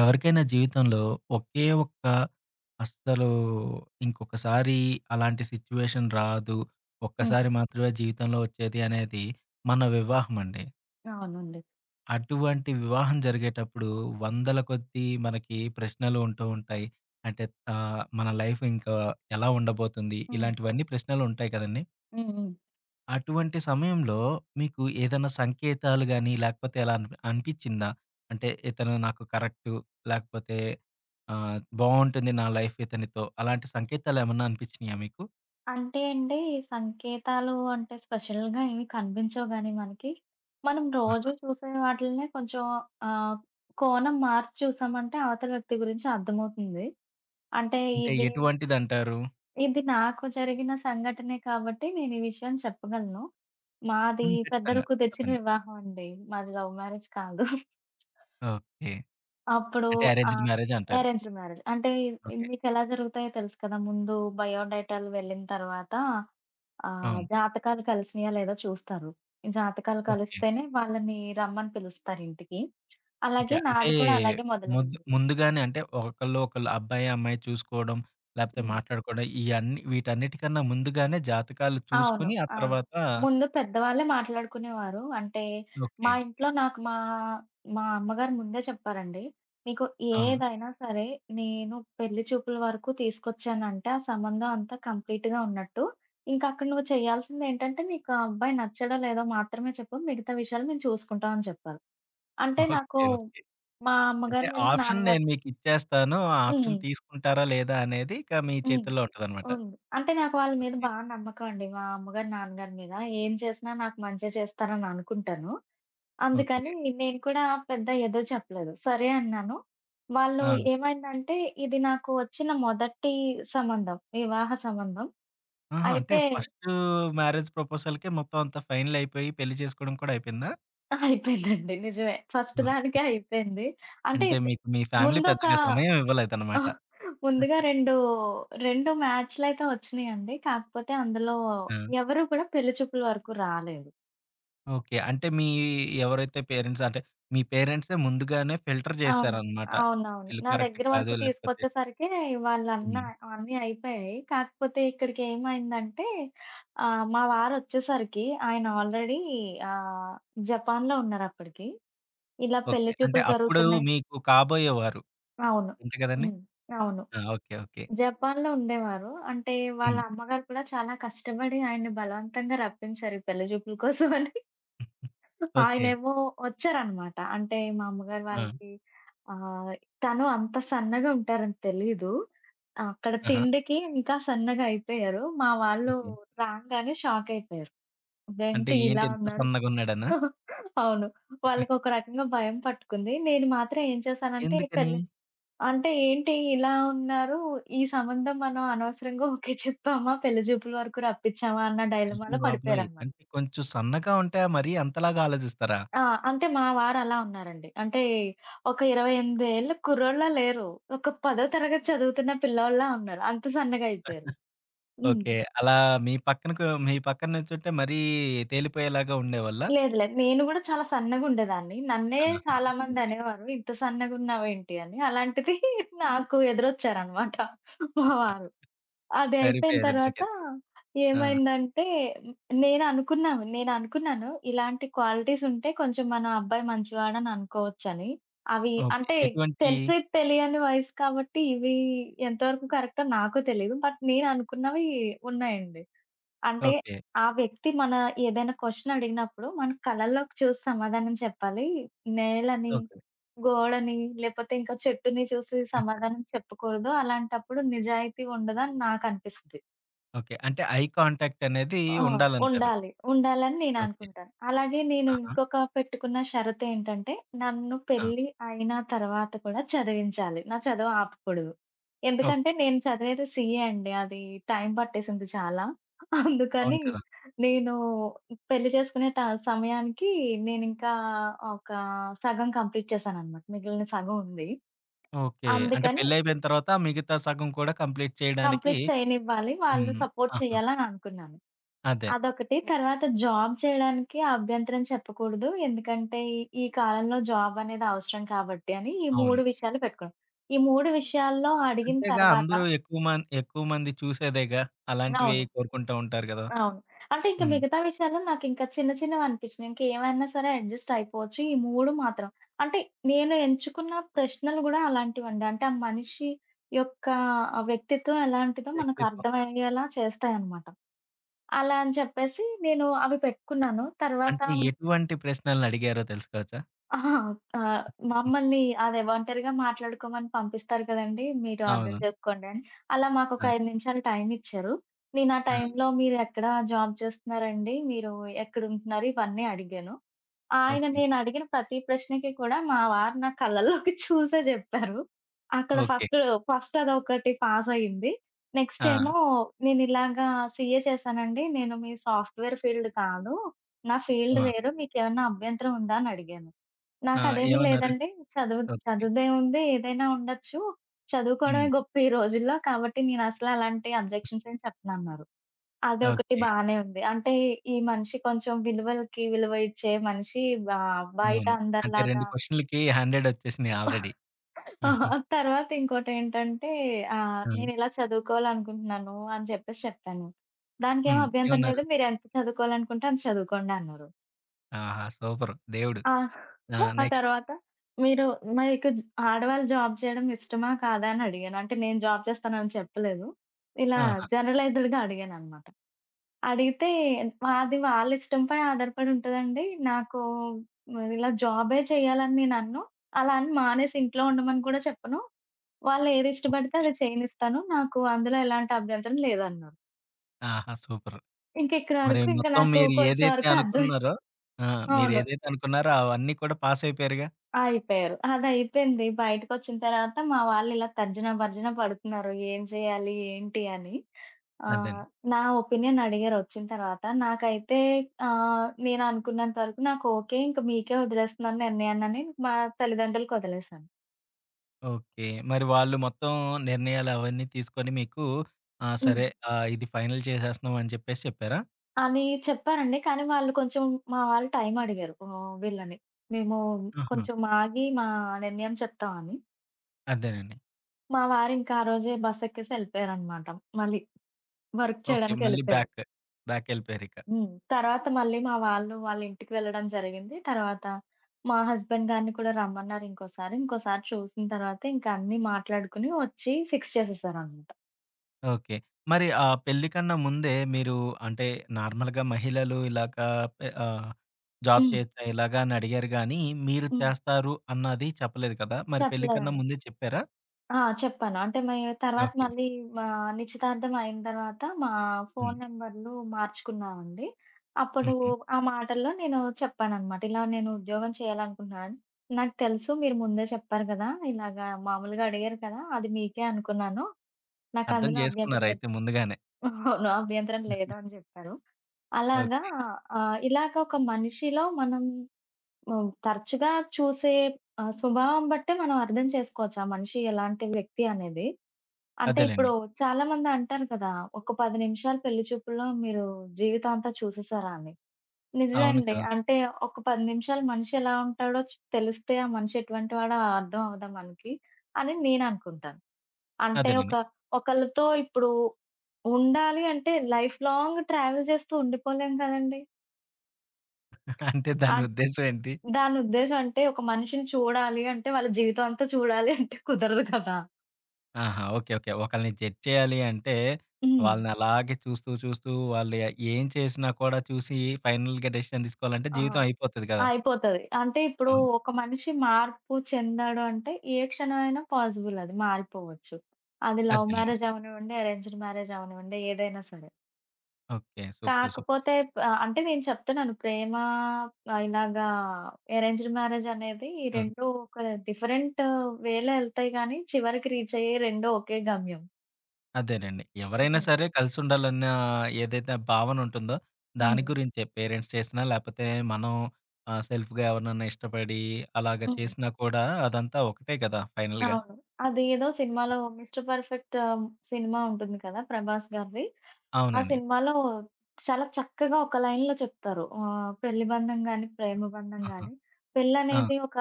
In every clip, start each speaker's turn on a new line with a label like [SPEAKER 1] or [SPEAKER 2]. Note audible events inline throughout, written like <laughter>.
[SPEAKER 1] ఎవరికైనా జీవితంలో ఒకే ఒక్క అస్సలు ఇంకొకసారి అలాంటి సిచ్యువేషన్ రాదు.
[SPEAKER 2] హ్మ్.
[SPEAKER 1] ఒక్కసారి మాత్రమే జీవితంలో వచ్చేది అనేది మన వివాహం అండి.
[SPEAKER 2] అవునండి.
[SPEAKER 1] అటువంటి వివాహం జరిగేటప్పుడు వందల కొద్దీ మనకి ప్రశ్నలు ఉంటూ ఉంటాయి. అంటే మన లైఫ్ ఇంకా ఎలా ఉండబోతుంది?
[SPEAKER 2] హ్మ్.
[SPEAKER 1] ఇలాంటివన్నీ ప్రశ్నలు ఉంటాయి కదండీ!
[SPEAKER 2] హ్మ్. హ్మ్.
[SPEAKER 1] అటువంటి సమయంలో మీకు ఏదైనా సంకేతాలు గాని, లేకపోతే ఎలా అనిపిచ్చిందా? అంటే ఇతను నాకు కరెక్టు, లేకపోతే బావుంటుంది నా లైఫ్ ఇతనితో. అలాంటి సంకేతాలేమన్నా అనిపిచ్చినియా మీకు?
[SPEAKER 2] అంటే అండి, ఈ సంకేతాలు అంటే స్పెషల్‌గా ఏమి కనిపించవు గానీ మనకి, మనం
[SPEAKER 1] ఆహా!
[SPEAKER 2] రోజు చూసే వాటిల్నే కొంచెం ఆహ్, కోణం మార్చి చూసామంటే అవతల వ్యక్తి గురించి అర్థమవుతుంది. అంటే
[SPEAKER 1] అంటే
[SPEAKER 2] ఇది,
[SPEAKER 1] ఎటువంటిదంటారు?
[SPEAKER 2] ఇది నాకు జరిగిన సంఘటనే కాబట్టి నేను ఈ విషయం చెప్పగలను. మాది
[SPEAKER 1] హ్మ్.
[SPEAKER 2] పెద్దలు
[SPEAKER 1] ఖచ్చితంగా.
[SPEAKER 2] కుదిర్చిన
[SPEAKER 1] చెప్పండి.
[SPEAKER 2] వివాహం అండి. మాది లవ్ మ్యారేజ్ కాదు.
[SPEAKER 1] ఓకే.
[SPEAKER 2] అప్పుడు
[SPEAKER 1] అంటే అరేంజ్డ్
[SPEAKER 2] ఆహ్,
[SPEAKER 1] మ్యారేజ్ అంటారు.
[SPEAKER 2] Arranged marriage. అంటే
[SPEAKER 1] ఓకే.
[SPEAKER 2] మీకెలా జరుగుతాయో తెలుసు కదా! ముందు బయోడేటాలు వెళ్ళిన తర్వాత
[SPEAKER 1] అవును.
[SPEAKER 2] జాతకాలు కలిసినాయా లేదా చూస్తారు. జాతకాలు
[SPEAKER 1] ఓకే.
[SPEAKER 2] కలిస్తేనే వాళ్ళని రమ్మని పిలుస్తారు ఇంటికి.
[SPEAKER 1] ఓకే.
[SPEAKER 2] అలాగే
[SPEAKER 1] అంటే
[SPEAKER 2] నాది కూడా అలాగే మొదలైంది.
[SPEAKER 1] ముందుగానే అంటే ఒకళ్ళు అబ్బాయి, అమ్మాయి చూసుకోవడం, లేకపోతే
[SPEAKER 2] హ్మ్.
[SPEAKER 1] మాట్లాడుకోవడం ఇయన్నీ వీటన్నిటికన్నా ముందుగానే జాతకాలు
[SPEAKER 2] అవును.
[SPEAKER 1] చూసుకొని ఆ
[SPEAKER 2] అవును.
[SPEAKER 1] తర్వాత
[SPEAKER 2] ముందు పెద్దవాళ్ళే మాట్లాడుకునేవారు. అంటే, మా
[SPEAKER 1] ఓకే.
[SPEAKER 2] ఇంట్లో నాకు మా మా అమ్మగారు ముందే చెప్పారండి. "నీకు
[SPEAKER 1] ఆ!
[SPEAKER 2] ఏదైనా సరే, నేను పెళ్లి చూపుల వరకు తీసుకొచ్చానంటే, ఆ సంబంధం అంతా కంప్లీట్‌గా ఉన్నట్టు. ఇంకక్కడ నువ్వు చేయాల్సిందేంటంటే, నీకు ఆ అబ్బాయి నచ్చాడో, లేదో మాత్రమే చెప్పు. మిగతా విషయాలు మేము చూసుకుంటాం" అని చెప్పారు. అంటే, నాకు
[SPEAKER 1] ఓకే. ఓకే.
[SPEAKER 2] మా
[SPEAKER 1] అంటే
[SPEAKER 2] అమ్మగారి మీద మా
[SPEAKER 1] ఆప్షన్
[SPEAKER 2] నాన్నగారు
[SPEAKER 1] నేను మీకిచ్చేస్తాను. ఆ ఆప్షన్
[SPEAKER 2] హ్మ్.
[SPEAKER 1] తీసుకుంటారా లేదా అనేది ఇక మీ
[SPEAKER 2] హ్మ్.
[SPEAKER 1] చేతుల్లో ఉంటదనమాట.
[SPEAKER 2] ఉంది. అంటే నాకు వాళ్ళ మీద
[SPEAKER 1] ఓకే.
[SPEAKER 2] బా నమ్మకం అండి. మా అమ్మగారు, నాన్నగారి మీద. ఏం చేసినా నాకు మంచే చేస్తారని అనుకుంటాను.
[SPEAKER 1] ఓకే.
[SPEAKER 2] అందుకని నేను కూడా పెద్ద ఎదో చెప్పలేదు. సరే అన్నాను. వాళ్ళు
[SPEAKER 1] ఆ!
[SPEAKER 2] ఏమైందంటే ఇది నాకు వచ్చిన మొదటి సంబంధం. వివాహ సంబంధం.
[SPEAKER 1] ఆహా! అంటే
[SPEAKER 2] అయితే
[SPEAKER 1] ఫస్టు మ్యారేజ్ ప్రపోజల్‌కే మొత్తం అంతా ఫైనలయిపోయి పెళ్లి చేసుకోవడం కూడా అయిపోయిందా?
[SPEAKER 2] అయిపోయిందండి. నిజమే. ఫస్ట్ దానికే
[SPEAKER 1] ఓకే.
[SPEAKER 2] అయిపోయింది. అంటే
[SPEAKER 1] అంటే
[SPEAKER 2] ఇద్
[SPEAKER 1] మీకు మీ ఫ్యామిలీ
[SPEAKER 2] ముందొక
[SPEAKER 1] పెద్దగా సమయం ఇవ్వలేదనమాట.
[SPEAKER 2] ముందుగా 2, 2 మ్యాచ్‌లయితే వచ్చినియండి. కాకపోతే అందులో
[SPEAKER 1] ఆ!
[SPEAKER 2] ఎవరు కూడా పెళ్లి చూపుల వరకు రాలేదు.
[SPEAKER 1] ఓకే. అంటే మీ ఎవరైతే పేరెంట్స్ అంటే మీ పేరెంట్సే ముందుగానే ఫిల్టర్
[SPEAKER 2] అవును.
[SPEAKER 1] చేశారనమాట.
[SPEAKER 2] అవునవును.
[SPEAKER 1] వీళ్ళు
[SPEAKER 2] నా
[SPEAKER 1] కరెక్ట్
[SPEAKER 2] దగ్గర
[SPEAKER 1] కాదు
[SPEAKER 2] వరకు
[SPEAKER 1] లేకపోతే
[SPEAKER 2] తీసుకొచ్చేసరికే వాళ్ళన్న
[SPEAKER 1] హ్మ్.
[SPEAKER 2] అన్నీ అయిపోయాయి. కాకపోతే ఇక్కడికేమైందంటే మా వారొచ్చేసరికి ఆయన ఆల్రెడీ ఆహ్, జపాన్‌లో ఉన్నారప్పటికి. ఇలా
[SPEAKER 1] ఓకే.
[SPEAKER 2] పెళ్లి
[SPEAKER 1] అంటే
[SPEAKER 2] చూపులు
[SPEAKER 1] అప్పుడు
[SPEAKER 2] జరుగుతున్నాయి.
[SPEAKER 1] మీకు కాబోయేవారు.
[SPEAKER 2] అవును.
[SPEAKER 1] అంతే కదండీ!
[SPEAKER 2] హ్మ్. అవును.
[SPEAKER 1] ఆ! ఓకే. ఓకే.
[SPEAKER 2] జపాన్‌లో ఉండేవారు. అంటే వాళ్ళ
[SPEAKER 1] హ్మ్.
[SPEAKER 2] అమ్మగారు కూడా చాలా కష్టపడి ఆయన్ని బలవంతంగా రప్పించారు ఈ పెళ్లి చూపుల కోసం అని.
[SPEAKER 1] ఓకే.
[SPEAKER 2] ఆయనేమో వచ్చారనమాట. అంటే మా అమ్మగారు
[SPEAKER 1] ఆ!
[SPEAKER 2] వాళ్ళకి ఆహ్, తను అంత సన్నగా ఉంటారని తెలీదు. అక్కడ
[SPEAKER 1] ఆహా!
[SPEAKER 2] తిండికి ఇంకా సన్నగా అయిపోయారు. మా వాళ్ళు
[SPEAKER 1] ఓకే.
[SPEAKER 2] రాంగానే షాక్ అయిపోయారు.
[SPEAKER 1] అంటే
[SPEAKER 2] ఇదేంటి
[SPEAKER 1] ఏంటి
[SPEAKER 2] ఇలా
[SPEAKER 1] ఇంత
[SPEAKER 2] ఉన్నారు?
[SPEAKER 1] సన్నగున్నాడనా?
[SPEAKER 2] అవును. వాళ్ళకొక రకంగా భయం పట్టుకుంది. నేను మాత్రం ఏం చేశానంటే
[SPEAKER 1] ఎందుకని?
[SPEAKER 2] పెళ్లి అంటే ఏంటి ఇలా ఉన్నారు? ఈ సంబంధం మనం అనవసరంగా ఓకే చెప్పామా? పెళ్లి చూపుల వరకు రప్పించామా? అన్న
[SPEAKER 1] అయ్య
[SPEAKER 2] డైలమాలో
[SPEAKER 1] బాబోయ్!
[SPEAKER 2] పడిపోయారనమాట.
[SPEAKER 1] అంటే కొంచెం సన్నగా ఉంటే మరీ అంతలాగా ఆలోచిస్తారా?
[SPEAKER 2] ఆ! అంటే మా వారలా ఉన్నారండి. అంటే ఒక 28 ఏళ్ల కుర్రోళ్ళలా లేరు. ఒక పదో తరగతి చదువుతున్న పిల్లోల్లా ఉన్నారు. అంత సన్నగా అయిపోయారు. హ్మ్.
[SPEAKER 1] ఓకే. అలా మీ పక్కన నిల్చుంటే మరీ తేలిపోయేలాగా ఉండేవాళ్ళా?
[SPEAKER 2] లేదు. లేదు. నేను గూడా చాలా సన్నగుండేదాన్ని. నన్నే
[SPEAKER 1] ఆహా!
[SPEAKER 2] చాలా
[SPEAKER 1] ఓకే.
[SPEAKER 2] మందనేవారు. ఇంత సన్నగున్నావేంటి అని. అలాంటిది <laughs> నాకు ఎదురొచ్చారనమాట మా వారు. అది అయిపోయిన
[SPEAKER 1] సరిపోయారు
[SPEAKER 2] తర్వాత
[SPEAKER 1] ఇద్దరికిద్దరు. ఆ!
[SPEAKER 2] ఏమైందంటే నేననుకున్నాను ఇలాంటి క్వాలిటీస్ ఉంటే కొంచెం మన అబ్బాయి మంచివాడని అనుకోవచ్చని. అవి
[SPEAKER 1] ఓకే.
[SPEAKER 2] అంటే
[SPEAKER 1] ఎటువంటి
[SPEAKER 2] తెలిసి తెలియని వయసు కాబట్టి ఇవి ఎంతవరకు కరెక్టో నాకు తెలీదు. బట్ నేననుకున్నవి ఉన్నాయండి. అంటే,
[SPEAKER 1] ఓకే.
[SPEAKER 2] ఆ వ్యక్తి మన ఏదైనా క్వెషన్ అడిగినప్పుడు, మనం కళ్ళల్లోకి చూసి సమాధానం చెప్పాలి. నేలని,
[SPEAKER 1] ఓకే.
[SPEAKER 2] గోడని, లేపోతే ఇంకా చెట్టుని చూసి
[SPEAKER 1] ఆ!
[SPEAKER 2] సమాధానం చెప్పకూడదు. అలాంటప్పుడు నిజాయితీ ఉండదని నాకనిపిస్తది.
[SPEAKER 1] ఓకే. అంటే ఐ కాంటాక్ట్ అనేది
[SPEAKER 2] ఆ!
[SPEAKER 1] ఉండాలంటారు.
[SPEAKER 2] ఉండాలి. ఉండాలని
[SPEAKER 1] ఓకే.
[SPEAKER 2] నేననుకుంటాను. అలాగే నేను
[SPEAKER 1] ఆహా!
[SPEAKER 2] ఇంకొక పెట్టుకున్న షరతేంటంటే, నన్ను
[SPEAKER 1] ఆ!
[SPEAKER 2] పెళ్లి అయిన తర్వాత కూడా చదివించాలి. నా చదువు ఆపకూడదు. ఎందుకంటే
[SPEAKER 1] ఓకే.
[SPEAKER 2] నేను చదివేది సీఏ అండి. అది టైం పట్టేసింది చాలా.
[SPEAKER 1] అవును
[SPEAKER 2] అందుకని
[SPEAKER 1] కదా!
[SPEAKER 2] నేను పెళ్లి చేసుకునే సమయానికి నేనింకా ఒక సగం కంప్లీట్ చేశాననమాట. మిగిలిన సగం ఉంది.
[SPEAKER 1] ఓకే. అంటే
[SPEAKER 2] అందుకని
[SPEAKER 1] పెళ్లయిపోయిన తర్వాత మిగతా సగం కూడా కంప్లీట్ చేయడానికి
[SPEAKER 2] కంప్లీట్ చేయనివ్వాలి. వాళ్ళు
[SPEAKER 1] హ్మ్.
[SPEAKER 2] సపోర్ట్
[SPEAKER 1] ఆహా!
[SPEAKER 2] చేయాలని అనుకున్నాను.
[SPEAKER 1] అదే.
[SPEAKER 2] అదొకటి. తర్వాత జాబ్ చేయడానికి అభ్యంతరం చెప్పకూడదు. ఎందుకంటే ఈ ఈ కాలంలో జాబ్ అనేది అవసరం కాబట్టి అని ఈ
[SPEAKER 1] అవును.
[SPEAKER 2] 3 విషయాలు పెట్టుకున్నాం. ఈ 3 విషయాల్లో అడిగిన
[SPEAKER 1] అంతేగా
[SPEAKER 2] తర్వాత
[SPEAKER 1] అందరూ ఎక్కువ మంది చూసేదేగా. అలాంటివి
[SPEAKER 2] అవును.
[SPEAKER 1] కోరుకుంటూ ఉంటారు గదా!
[SPEAKER 2] అవును. అంటే ఇంక
[SPEAKER 1] హ్మ్.
[SPEAKER 2] మిగతా విషయాల్లో నాకింకా చిన్న చిన్నవనిపించినియి. ఇంకేవైనా సరే అడ్జస్ట్ అయిపోవచ్చు. ఈ 3 మాత్రం. అంటే నేను ఎంచుకున్న ప్రశ్నలు గూడా అలాంటివండి. అంటే ఆ మనిషి యొక్క వ్యక్తిత్వం ఎలాంటిదో మనకు
[SPEAKER 1] వ్యక్తిత్వం.
[SPEAKER 2] అర్థమయ్యేలా చేస్తాయన్నమాట. అలా అని చెప్పేసి నేను అవి పెట్టుకున్నాను. తర్వాత
[SPEAKER 1] అంటే ఎటువంటి ప్రశ్నలనడిగారో తెలుసుకోవచ్చా?
[SPEAKER 2] అహా! ఆహ్, మమ్మల్ని అదే ఒంటరిగా మాట్లాడుకోమని పంపిస్తారు కదండీ! మీరు అర్థం
[SPEAKER 1] అవును.
[SPEAKER 2] చేసుకోండి అని. అలా మాకొక
[SPEAKER 1] ఆ!
[SPEAKER 2] 5 నిమిషాలు టైం ఇచ్చారు. నేను ఆ
[SPEAKER 1] ఆ!
[SPEAKER 2] టైంలో మీరెక్కడ జాబ్ చేస్తున్నారండి? మీరు ఎక్కడుంటున్నారు? ఇవన్నీ అడిగాను. ఆయన
[SPEAKER 1] ఓకే.
[SPEAKER 2] నేను అడిగిన ప్రతి ప్రశ్నకి కూడా మా వారు నా కళ్ళల్లోకి చూసే జెప్పారు. అక్కడ
[SPEAKER 1] ఓకే.
[SPEAKER 2] ఫస్ట్ అదొకటి పాస్ అయింది. నెక్స్ట్
[SPEAKER 1] ఆ!
[SPEAKER 2] ఏమో నేనిలాగా సీఏ చేశానండి. నేను మీ సాఫ్ట్‌వేర్ ఫీల్డ్ కాదు. నా ఫీల్డ్
[SPEAKER 1] ఆ!
[SPEAKER 2] వేరు. మీకేమన్నా అభ్యంతరం ఉందా? అని అడిగాను.
[SPEAKER 1] ఆ!
[SPEAKER 2] నాకదేమీ
[SPEAKER 1] ఏమన్నారు?
[SPEAKER 2] లేదండి. చదువు
[SPEAKER 1] ఓహ్!
[SPEAKER 2] చదువుదేముంది ఏదైనా ఉండొచ్చు.
[SPEAKER 1] హ్మ్.
[SPEAKER 2] చదువుకోవడమే గొప్ప ఈ రోజుల్లో. కాబట్టి నేనసలు అలాంటి అబ్జెక్షన్స్ ఏం చెప్పనన్నారు. అదొకటి
[SPEAKER 1] ఓకే.
[SPEAKER 2] బానే ఉంది. అంటే ఈ మనిషి కొంచెం విలువలకి విలువ ఇచ్చే మనిషి బా బయట
[SPEAKER 1] అవును. అంటే 2
[SPEAKER 2] అందరిలాగా
[SPEAKER 1] క్వెషన్‌లకి 100 వచ్చేసినాయి ఆల్రెడీ. ఆహా!
[SPEAKER 2] <laughs> తర్వాత ఇంకోటేంటంటే
[SPEAKER 1] ఆ!
[SPEAKER 2] నేనిలా చదువుకోవాలనుకుంటున్నాను అని చెప్పేసి చెప్పాను. దానికేం
[SPEAKER 1] హ్మ్.
[SPEAKER 2] అభ్యంతరం
[SPEAKER 1] ఏమన్నారు?
[SPEAKER 2] లేదు. మీరెంత చదువుకోవాలనుకుంటే అంత చదువుకోండి అన్నారు.
[SPEAKER 1] ఆహా! సూపరు. దేవుడు.
[SPEAKER 2] ఆ!
[SPEAKER 1] ఆ!
[SPEAKER 2] ఆ
[SPEAKER 1] నెక్స్ట్?
[SPEAKER 2] తర్వాత మీరు మీకు జ ఆడవాళ్ళు జాబ్ చేయడం ఇష్టమా? కాదా? అని అడిగాను. అంటే నేను జాబ్ చేస్తానని చెప్పలేదు. ఇలా
[SPEAKER 1] ఆహా!
[SPEAKER 2] జనరలైజ్డ్‌గా అడిగాననమాట. అడిగితే అది వాళ్ళ ఇష్టంపై ఆధారపడి ఉంటదండి. నాకు ఇలా జాబే చేయాలని నేననను. అలా అని మానేసి ఇంట్లో ఉండమని కూడా చెప్పను. వాళ్ళు ఏది ఇష్టపడితే అది చేయనిస్తాను. నాకు అందులో ఎలాంటి అభ్యంతరం లేదన్నారు.
[SPEAKER 1] ఆహా! సూపర్.
[SPEAKER 2] ఇంక ఇక్కడి
[SPEAKER 1] మరి
[SPEAKER 2] వరకు ఇంక
[SPEAKER 1] మొత్తం
[SPEAKER 2] నాకు
[SPEAKER 1] మీరు
[SPEAKER 2] కొంచెం
[SPEAKER 1] ఏదైతే
[SPEAKER 2] వరకు అర్థమై
[SPEAKER 1] అనుకున్నారో ఆ!
[SPEAKER 2] అవును.
[SPEAKER 1] మీరేదైతే అనుకున్నారో అవన్నీ కూడా పాస్ అయిపోయారుగా.
[SPEAKER 2] అయిపోయారు. అదయిపోయింది. బయటకొచ్చిన తర్వాత మా వాళ్ళిలా తర్జన భర్జన పడుతున్నారు. ఏం చేయాలి? ఏంటి? అని. ఆహ్,
[SPEAKER 1] అదండి.
[SPEAKER 2] నా ఒపీనియన్ అడిగారు వచ్చిన తర్వాత. నాకైతే నేను అనుకున్నంత వరకు నాకు ఓకే. ఇంక మీకే వదిలేస్తున్నాను నిర్ణయాన్నని మా తల్లిదండ్రులకు వదిలేసాను.
[SPEAKER 1] ఓకే. మరి వాళ్ళు మొత్తం నిర్ణయాలు అవన్నీ తీసుకొని మీకు ఆ!
[SPEAKER 2] హ్మ్.
[SPEAKER 1] సరే ఇది ఫైనల్ చేసేస్తున్నాం అని చెప్పేసి చెప్పారా?
[SPEAKER 2] అని చెప్పానండి. కానీ వాళ్ళు కొంచెం మా వాళ్ళు టైం అడిగారు వీళ్ళని. మేము
[SPEAKER 1] ఆహా!
[SPEAKER 2] కొంచెం ఆగి మా నిర్ణయం చెప్తామని.
[SPEAKER 1] అదేనండి.
[SPEAKER 2] మా వారింకా ఆ రోజే బస్ ఎక్కేసి ఎళ్ళిపోయారనమాట. మళ్ళీ వర్క్
[SPEAKER 1] ఓకే. మళ్ళీ
[SPEAKER 2] చేయడానికెళ్ళిపోయారు.
[SPEAKER 1] బ్యాకెళ్ళిపోయారిక.
[SPEAKER 2] హ్మ్. తర్వాత మళ్ళీ మా వాళ్ళు వాళ్ళ ఇంటికి వెళ్ళడం జరిగింది. తర్వాత మా హస్బెండ్ గారిని కూడా రమ్మన్నారు ఇంకోసారి. ఇంకోసారి చూసిన తర్వాత ఇంకా అన్నీ మాట్లాడుకొని వచ్చి ఫిక్స్ చేసేసారనమాట.
[SPEAKER 1] ఓకే. మరి ఆ పెళ్లి కన్నా ముందే మీరు అంటే నార్మల్‌గా మహిళలు ఇలాగా పె ఆహ్, జాబ్
[SPEAKER 2] హ్మ్.
[SPEAKER 1] చేయొచ్చా ఇలాగా అని అడిగారు గానీ, మీరు
[SPEAKER 2] హ్మ్.
[SPEAKER 1] చేస్తారు అన్నది చెప్పలేదు కదా! మరి పెళ్లి కన్నా
[SPEAKER 2] చెప్పలేదండి.
[SPEAKER 1] ముందే చెప్పారా?
[SPEAKER 2] ఆ! చెప్పాను. అంటే తర్వాత
[SPEAKER 1] ఓకే.
[SPEAKER 2] మళ్ళీ మా నిశ్చితార్థం అయిన తర్వాత మా
[SPEAKER 1] హ్మ్.
[SPEAKER 2] ఫోను నంబర్‌లు మార్చుకున్నామండి. అప్పుడు
[SPEAKER 1] హుహు.
[SPEAKER 2] ఆ మాటల్లో నేను చెప్పాననమాట. ఇలా నేను ఉద్యోగం చేయాలనుకుంటున్నాను. నాకు తెలుసు మీరు ముందే చెప్పారు కదా! ఇలాగా మామూలుగా అడిగారు కదా! అది మీకే అనుకున్నాను.
[SPEAKER 1] అర్థం
[SPEAKER 2] నాకందులో అభ్యంతరం లేదు.
[SPEAKER 1] చేసుకున్నారయితే ముందుగానే.
[SPEAKER 2] <laughs> నో అభ్యంతరం లేదు అని జెప్పారు. అలాగా
[SPEAKER 1] ఓకే.
[SPEAKER 2] ఇలాగ ఒక మనిషిలో మనం తరచుగా చూసే స్వభావం బట్టే మనం అర్థం చేసుకోవచ్చు. ఆ మనిషి ఎలాంటి వ్యక్తి అనేది. అంటే ఇప్పుడు
[SPEAKER 1] అదేలెండి.
[SPEAKER 2] చాలామంది అంటారు కదా! ఒక 10 నిమిషాలు పెళ్లి చూపుల్లో మీరు జీవితం అంతా చూసేసారా అని. నిజమే
[SPEAKER 1] అవును
[SPEAKER 2] అండి.
[SPEAKER 1] కదా!
[SPEAKER 2] అంటే ఒక 10 నిమిషాలు మనిషి ఎలా ఉంటాడో తెలిస్తే ఆ మనిషి ఎటువంటి వాడో అర్థం అవ్వదా మనకి అని నేననుకుంటాను. అంటే ఒక
[SPEAKER 1] అదేనండి.
[SPEAKER 2] ఒకళ్ళతో ఇప్పుడు ఉండాలి అంటే లైఫ్ లాంగ్ ట్రావెల్ చేస్తూ ఉండిపోలేం కదండీ.
[SPEAKER 1] <laughs> అంటే దాని
[SPEAKER 2] అన్
[SPEAKER 1] ఉద్దేశ్యం ఏంటి?
[SPEAKER 2] దాని ఉద్దేశ్యం అంటే ఒక మనిషిని చూడాలి అంటే వాళ్ళ జీవితం అంతా చూడాలి <laughs> అంటే కుదరదు కదా!
[SPEAKER 1] ఆహా! ఓకే. ఓకే. ఒకళ్ళని జడ్జ్ చేయాలి అంటే,
[SPEAKER 2] హ్మ్.
[SPEAKER 1] వాళ్ళని అలాగే చూస్తూ వాళ్ళు ఏం చేసినా కూడా చూసి ఫైనల్‌గా డెసిషన్ తీసుకోవాలంటే
[SPEAKER 2] ఆ!
[SPEAKER 1] జీవితం అయిపోతది కదా!
[SPEAKER 2] అయిపోతది. అంటే ఇప్పుడు
[SPEAKER 1] అవును.
[SPEAKER 2] ఒక మనిషి మార్పు చెందాడు అంటే ఏ క్షణమైనా పాజిబుల్ అది మారిపోవచ్చు. అది లవ్
[SPEAKER 1] అదేలెండి.
[SPEAKER 2] మ్యారేజ్ అవ్వనివ్వండి, అరేంజ్డ్ మ్యారేజ్ అవ్వనివ్వండి ఏదైనా సరే.
[SPEAKER 1] ఓకే. సూపర్. సూపర్.
[SPEAKER 2] కాకపోతే అంటే నేను చెప్తున్నాను ప్రేమ ఇలాగా అరేంజ్డ్ మ్యారేజ్ అనేది
[SPEAKER 1] ఆ!
[SPEAKER 2] 2 ఒక డిఫరెంట్ వేలో ఎళ్తాయి గానీ, చివరికి రీచ్ అయ్యేయి 2 ఒకే గమ్యం.
[SPEAKER 1] అదేనండి. ఎవరైనా
[SPEAKER 2] హ్మ్.
[SPEAKER 1] సరే కలిసుండాలన్న ఏదైతే భావన ఉంటుందో, దాని
[SPEAKER 2] హ్మ్.
[SPEAKER 1] గురించే పేరెంట్స్ చేసినా లేపోతే మనం సెల్ఫ్‌గా ఎవరినన్నా ఇష్టపడి అలాగా
[SPEAKER 2] హ్మ్.
[SPEAKER 1] చేసినా కూడా అదంతా ఒకటే కదా! ఫైనల్‌గా.
[SPEAKER 2] అవును. అది ఏదో సినిమాలో 'మిస్టర్ పర్ఫెక్ట్' సినిమా ఉంటుంది కదా! ప్రభాస్ గారిది. ఆ
[SPEAKER 1] అవునండి.
[SPEAKER 2] సినిమాలో చాలా చక్కగా ఒక లైన్‌లో చెప్తారు. పెళ్లి బంధం గాని, ప్రేమ బంధం
[SPEAKER 1] ఆహా!
[SPEAKER 2] గాని,
[SPEAKER 1] ఆ!
[SPEAKER 2] పెళ్లనేది ఒక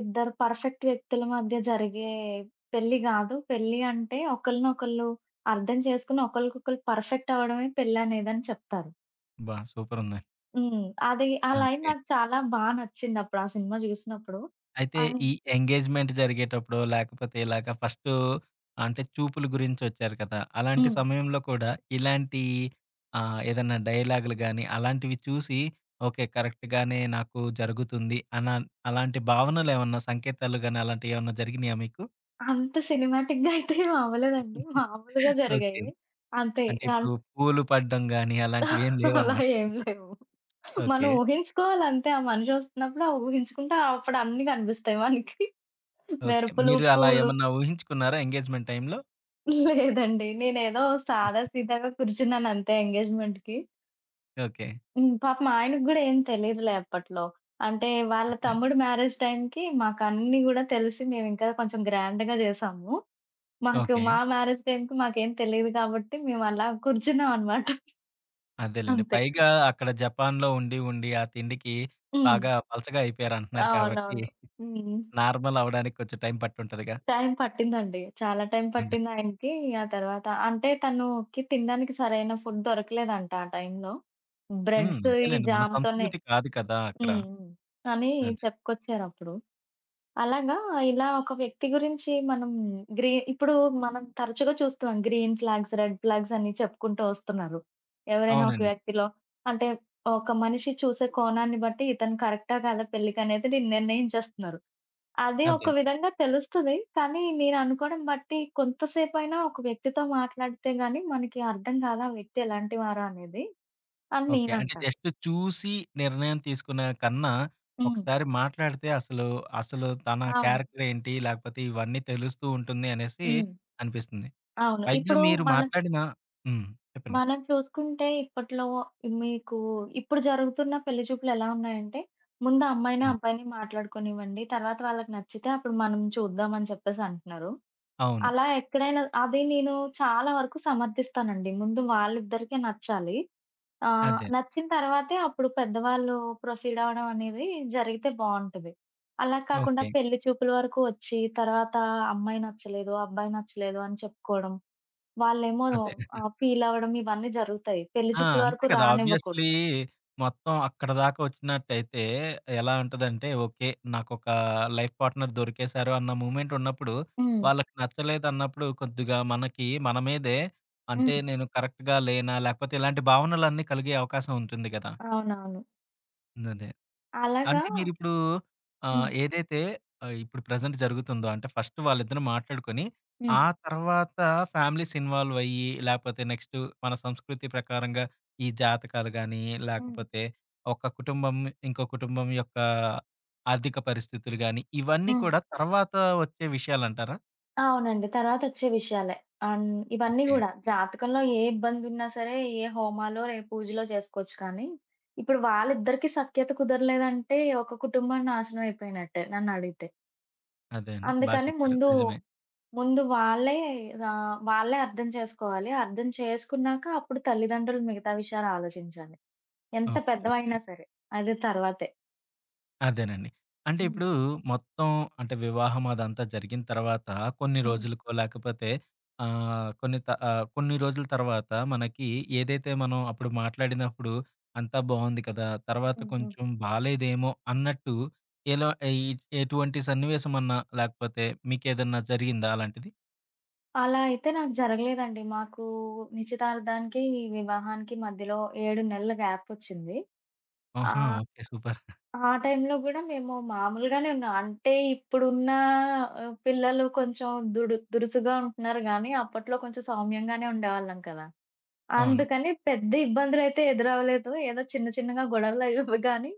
[SPEAKER 2] ఇద్దరు పర్ఫెక్ట్ వ్యక్తుల మధ్య జరిగే పెళ్లి గాదు. పెళ్లి అంటే ఒకళ్ళనొకళ్ళు అర్థం చేసుకొని ఒకళ్ళకొకళ్ళు పర్ఫెక్ట్ అవ్వడమే పెళ్లనేదని చెప్తారు.
[SPEAKER 1] అబ్బా! సూపరుంది.
[SPEAKER 2] హ్మ్. అది ఆ లైన్
[SPEAKER 1] ఓకే.
[SPEAKER 2] నాకు చాలా బా నచ్చిందప్పుడు ఆ సినిమా జూసినప్పుడు.
[SPEAKER 1] అయితే
[SPEAKER 2] అన్
[SPEAKER 1] ఈ ఎంగేజ్‌మెంట్ జరిగేటప్పుడో, లేకపోతే ఇలాగ ఫస్టు అంటే చూపుల గురించొచ్చారు కదా! అలాంటి
[SPEAKER 2] హ్మ్.
[SPEAKER 1] సమయంలో కూడా ఇలాంటి ఏదన్నా డైలాగులు గాని, అలాంటివి చూసి ఓకే. కరెక్ట్‌గానే నాకు జరుగుతుంది అలాంటి భావనలేమన్నా సంకేతాలు గాని, అలాంటియేమన్నా జరిగినాయా మీకు?
[SPEAKER 2] అంత సినిమాటిక్‌గా అయితే ఏం అవ్వలేదండి. మామూలుగా
[SPEAKER 1] ఓకే.
[SPEAKER 2] జరిగాయి. అంతే.
[SPEAKER 1] అంటే
[SPEAKER 2] అన్
[SPEAKER 1] ఇప్పుడు పూలు పడడం గాని, అలాంటివేం
[SPEAKER 2] అలా
[SPEAKER 1] లేవనమాట.
[SPEAKER 2] ఏం లేవు. మనం
[SPEAKER 1] ఓకే.
[SPEAKER 2] ఊహించుకోవాలంతే. ఆ మనిషొస్తున్నప్పుడు ఆ ఊహించుకుంటే అప్పుడు అన్నీ కనిపిస్తాయి మనకి.
[SPEAKER 1] ఓకే.
[SPEAKER 2] మెరుపులు,
[SPEAKER 1] మీరు అలా
[SPEAKER 2] పూలు
[SPEAKER 1] ఏమన్నా ఊహించుకున్నారా ఎంగేజ్‌మెంట్ టైంలో?
[SPEAKER 2] లేదండి. నేనేదో సాదా సీదాగా కూర్చున్నానంతే ఎంగేజ్‌మెంట్‌కి.
[SPEAKER 1] ఓకే.
[SPEAKER 2] హ్మ్. పాపం ఆయనకి గూడా ఏం తెలీదులే అప్పట్లో. అంటే వాళ్ళ తమ్ముడు మ్యారేజ్ టైమ్‌కి మాకన్నీ గూడా తెలిసి మేమింకా కొంచెం గ్రాండ్‌గా జేసాము. మాకు
[SPEAKER 1] ఓకే.
[SPEAKER 2] మా మ్యారేజ్ టైమ్‌కి మాకేం తెలీదు కాబట్టి మేము అలా కూర్చున్నామనమాట
[SPEAKER 1] అదేలెండి.
[SPEAKER 2] అంతే.
[SPEAKER 1] పైగా అక్కడ జపాన్‌లో ఉండి ఆ తిండికి
[SPEAKER 2] హ్మ్.
[SPEAKER 1] బాగా పలచగా అయిపోయారంటున్నారు కాబట్టి,
[SPEAKER 2] అవునవును. హ్మ్.
[SPEAKER 1] నార్మల్ అవ్వడానికి కొంచెం టైం పట్టుంటదిగా.
[SPEAKER 2] టైం పట్టిందండి. చాలా టైం
[SPEAKER 1] అదే.
[SPEAKER 2] పట్టిందాయనకి. ఆ తర్వాత అంటే తనుకి తినడానికి సరైన ఫుడ్ దొరకలేదంట ఆ టైంలో.
[SPEAKER 1] హ్మ్.
[SPEAKER 2] బ్రెడ్స్ ఈ
[SPEAKER 1] అంతేలెండి. మన
[SPEAKER 2] జామ్‌తోనే
[SPEAKER 1] సంస్కృతి కాదు కదా అక్కడ.
[SPEAKER 2] హ్మ్. హ్మ్. అని
[SPEAKER 1] అదే.
[SPEAKER 2] చెప్పుకొచ్చారప్పుడు. అలాగా ఇలా ఒక వ్యక్తి గురించి మనం ఇప్పుడు మనం తరచుగా చూస్తున్నాం. గ్రీన్ ఫ్లాగ్స్, రెడ్ ఫ్లాగ్స్ అని చెప్పుకుంటూ వస్తున్నారు. ఎవరైనా ఒక
[SPEAKER 1] అవునండి.
[SPEAKER 2] వ్యక్తిలో అంటే ఒక మనిషి చూసే కోణాన్ని బట్టి ఇతను కరెక్టా కాదా పెళ్ళికనేది నిర్ణయించేస్తున్నారు. అది
[SPEAKER 1] అదే.
[SPEAKER 2] ఒక విధంగా తెలుస్తది. కానీ నేననుకోవడం బట్టి కొంతసేపైనా ఒక వ్యక్తితో మాట్లాడితే గాని మనకి అర్థం కాదు ఆ వ్యక్తి ఎలాంటి వారు అనేది అని
[SPEAKER 1] ఓకే. అంటే
[SPEAKER 2] నేనంటాను.
[SPEAKER 1] జస్ట్ చూసి నిర్ణయం తీసుకునే కన్నా,
[SPEAKER 2] హ్మ్.
[SPEAKER 1] ఒకసారి మాట్లాడితే అసలు తన
[SPEAKER 2] అవును.
[SPEAKER 1] క్యారెక్టర్ ఏంటి? లేకపోతే ఇవన్నీ తెలుస్తూ ఉంటుంది అనేసి
[SPEAKER 2] హ్మ్.
[SPEAKER 1] అనిపిస్తుంది.
[SPEAKER 2] అవును.
[SPEAKER 1] పైగా
[SPEAKER 2] ఇప్పుడు
[SPEAKER 1] మీరు
[SPEAKER 2] మనం
[SPEAKER 1] మాట్లాడిన హ్మ్. చెప్పండి.
[SPEAKER 2] మనం చూసుకుంటే ఇప్పట్లో మీకు ఇప్పుడు జరుగుతున్న పెళ్లి చూపులు ఎలా ఉన్నాయంటే ముందు అమ్మాయిని,
[SPEAKER 1] హ్మ్.
[SPEAKER 2] అబ్బాయిని మాట్లాడుకొనివ్వండి. తర్వాత వాళ్ళకి నచ్చితే అప్పుడు మనం చూద్దాం అని చెప్పేసి అంటున్నారు.
[SPEAKER 1] అవును.
[SPEAKER 2] అలా ఎక్కడైనా అది నేను చాలా వరకు సమర్థిస్తానండి. ముందు వాళ్ళిద్దరికీ నచ్చాలి. ఆ!
[SPEAKER 1] అదే.
[SPEAKER 2] నచ్చిన తర్వాతే అప్పుడు పెద్దవాళ్ళు ప్రొసీడ్ అవ్వడం అనేది జరిగితే బావుంటది. అలా కాకుండా
[SPEAKER 1] ఓకే.
[SPEAKER 2] పెళ్లి చూపుల వరకు వచ్చి, తర్వాత అమ్మాయి నచ్చలేదు, అబ్బాయి నచ్చలేదు అని చెప్పుకోవడం. వాళ్ళేమో
[SPEAKER 1] అదే.
[SPEAKER 2] ఫీల్ అవ్వడం ఇవన్నీ జరుగుతాయి. పెళ్లి
[SPEAKER 1] ఆ!
[SPEAKER 2] చూపుల
[SPEAKER 1] అంతే
[SPEAKER 2] వరకు
[SPEAKER 1] కదా! ఆబ్వియస్‌లీ
[SPEAKER 2] రానివ్వకూడదు.
[SPEAKER 1] మొత్తం అక్కడి దాకా వచ్చినట్టయితే ఎలా ఉంటదంటే, ఓకే. నాకొక లైఫ్ పార్ట్‌నర్ దొరికేసారు అన్న మూమెంట్ ఉన్నప్పుడు,
[SPEAKER 2] హ్మ్.
[SPEAKER 1] వాళ్ళకి నచ్చలేదన్నప్పుడు కొద్దిగా మనకి మన మీదే అంటే
[SPEAKER 2] హ్మ్.
[SPEAKER 1] నేను కరెక్ట్‌గా లేనా? లేకపోతే ఇలాంటి భావనలన్నీ కలిగే అవకాశం ఉంటుంది గదా!
[SPEAKER 2] అవునవును.
[SPEAKER 1] అదే.
[SPEAKER 2] అలాగా
[SPEAKER 1] అంటే మీరిప్పుడు
[SPEAKER 2] హ్మ్.
[SPEAKER 1] ఏదైతే ఇప్పుడు ప్రెజెంట్ జరుగుతుందో అంటే ఫస్ట్ వాళ్ళిద్దరు మాట్లాడుకొని,
[SPEAKER 2] హ్మ్.
[SPEAKER 1] ఆ తర్వాత ఫ్యామిలీస్ ఇన్వాల్వ్ అయ్యి, లేపోతే నెక్స్ట్ మన సంస్కృతి ప్రకారంగా ఈ జాతకాలు గానీ,
[SPEAKER 2] హ్మ్.
[SPEAKER 1] లేకపోతే ఒక కుటుంబం ఇంకో కుటుంబం యొక్క ఆర్థిక పరిస్థితులు గానీ, ఇవన్నీ
[SPEAKER 2] హ్మ్.
[SPEAKER 1] కూడా తర్వాత వచ్చే విషయాలంటారా?
[SPEAKER 2] అవునండి. తర్వాతొచ్చే విషయాలే. అన్ ఇవన్నీ
[SPEAKER 1] ఓకే.
[SPEAKER 2] గూడా. జాతకంలో ఏ ఇబ్బందున్నా సరే, ఏ హోమాలో, ఏ పూజలో చేసుకోవచ్చు కానీ, ఇప్పుడు వాళ్ళిద్దరికీ సఖ్యత కుదరలేదంటే, ఒక కుటుంబం నాశనం అయిపోయినట్టే నన్నడిగితే.
[SPEAKER 1] అదే అండి. బా
[SPEAKER 2] అందుకని
[SPEAKER 1] చెప్పారు.
[SPEAKER 2] ముందు,
[SPEAKER 1] నిజమే.
[SPEAKER 2] ముందు వాళ్ళే వాళ్ళే అర్థం చేసుకోవాలి. అర్థం చేసుకున్నాక అప్పుడు తల్లిదండ్రులు మిగతా విషయాలు ఆలోచించాలి. ఎంత
[SPEAKER 1] ఓకే. ఓకే.
[SPEAKER 2] పెద్దవైనా సరే. అది తర్వాతే.
[SPEAKER 1] అదేనండి. అంటే ఇప్పుడు
[SPEAKER 2] హ్మ్.
[SPEAKER 1] మొత్తం అంటే వివాహం అదంతా జరిగిన తర్వాత కొన్ని
[SPEAKER 2] హ్మ్.
[SPEAKER 1] రోజులకో లేకపోతే ఆహ్, కొన్ని త ఆహ్, కొన్ని రోజుల తర్వాత మనకి ఏదైతే మనం అప్పుడు మాట్లాడినప్పుడు అంతా బావుంది కదా! తర్వాత
[SPEAKER 2] హ్మ్. హ్మ్.
[SPEAKER 1] కొంచెం బాలేదేమో అన్నట్టు ఎలా ఎయి ఎటువంటి సన్నివేశమన్నా లేకపోతే మీకేదన్నా జరిగిందా అలాంటిది?
[SPEAKER 2] అలా అయితే నాకు జరగలేదండి. మాకు నిశ్చితార్థానికి, వివాహానికి మధ్యలో 7 నెలల గ్యాపొచ్చింది.
[SPEAKER 1] ఆహా!
[SPEAKER 2] ఆహ్,
[SPEAKER 1] ఓకే. సూపర్.
[SPEAKER 2] ఆ ఆ టైంలో గూడా మేము మామూలుగానే ఉన్నాం. అంటే ఇప్పుడున్న పిల్లలు కొంచెం దురుసుగా ఉంటున్నారు గానీ, అప్పట్లో కొంచెం సౌమ్యంగానే ఉండేవాళ్ళం కదా!
[SPEAKER 1] అవును.
[SPEAKER 2] అందుకని పెద్ద ఇబ్బందులైతే ఎదురవ్వలేదు. ఏదో చిన్న చిన్నగా గొడవలయ్యేవి గానీ,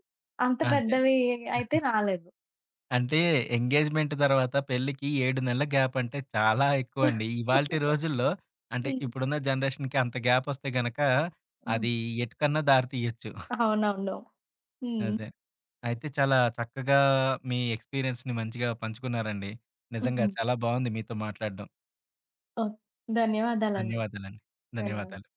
[SPEAKER 2] అంత
[SPEAKER 1] అదే.
[SPEAKER 2] పెద్దవి అయితే రాలేదు.
[SPEAKER 1] అంటే ఎంగేజ్‌మెంట్ తర్వాత పెళ్ళికి 7 నెలల గ్యాప్ అంటే చాలా
[SPEAKER 2] హ్మ్.
[SPEAKER 1] ఎక్కువండి. ఇవాల్టి
[SPEAKER 2] <laughs>
[SPEAKER 1] రోజుల్లో అంటే ఇప్పుడున్న జనరేషన్‌కి అంత గ్యాప్ వస్తే గనక
[SPEAKER 2] హ్మ్.
[SPEAKER 1] అది ఎటుకన్నా దారి తీయొచ్చు.
[SPEAKER 2] అవునవును.
[SPEAKER 1] అదే. అయితే చాలా చక్కగా మీ ఎక్స్‌పీరియన్స్‌ని మంచిగా పంచుకున్నారండి. నిజంగా
[SPEAKER 2] హ్మ్.
[SPEAKER 1] చాలా బావుంది మీతో మాట్లాడడం.
[SPEAKER 2] ఓహ్! ధన్యవాదాలండి.
[SPEAKER 1] ధన్యవాదాలండి.
[SPEAKER 2] ధన్యవాదాలు.
[SPEAKER 1] ధన్యవాదాలు.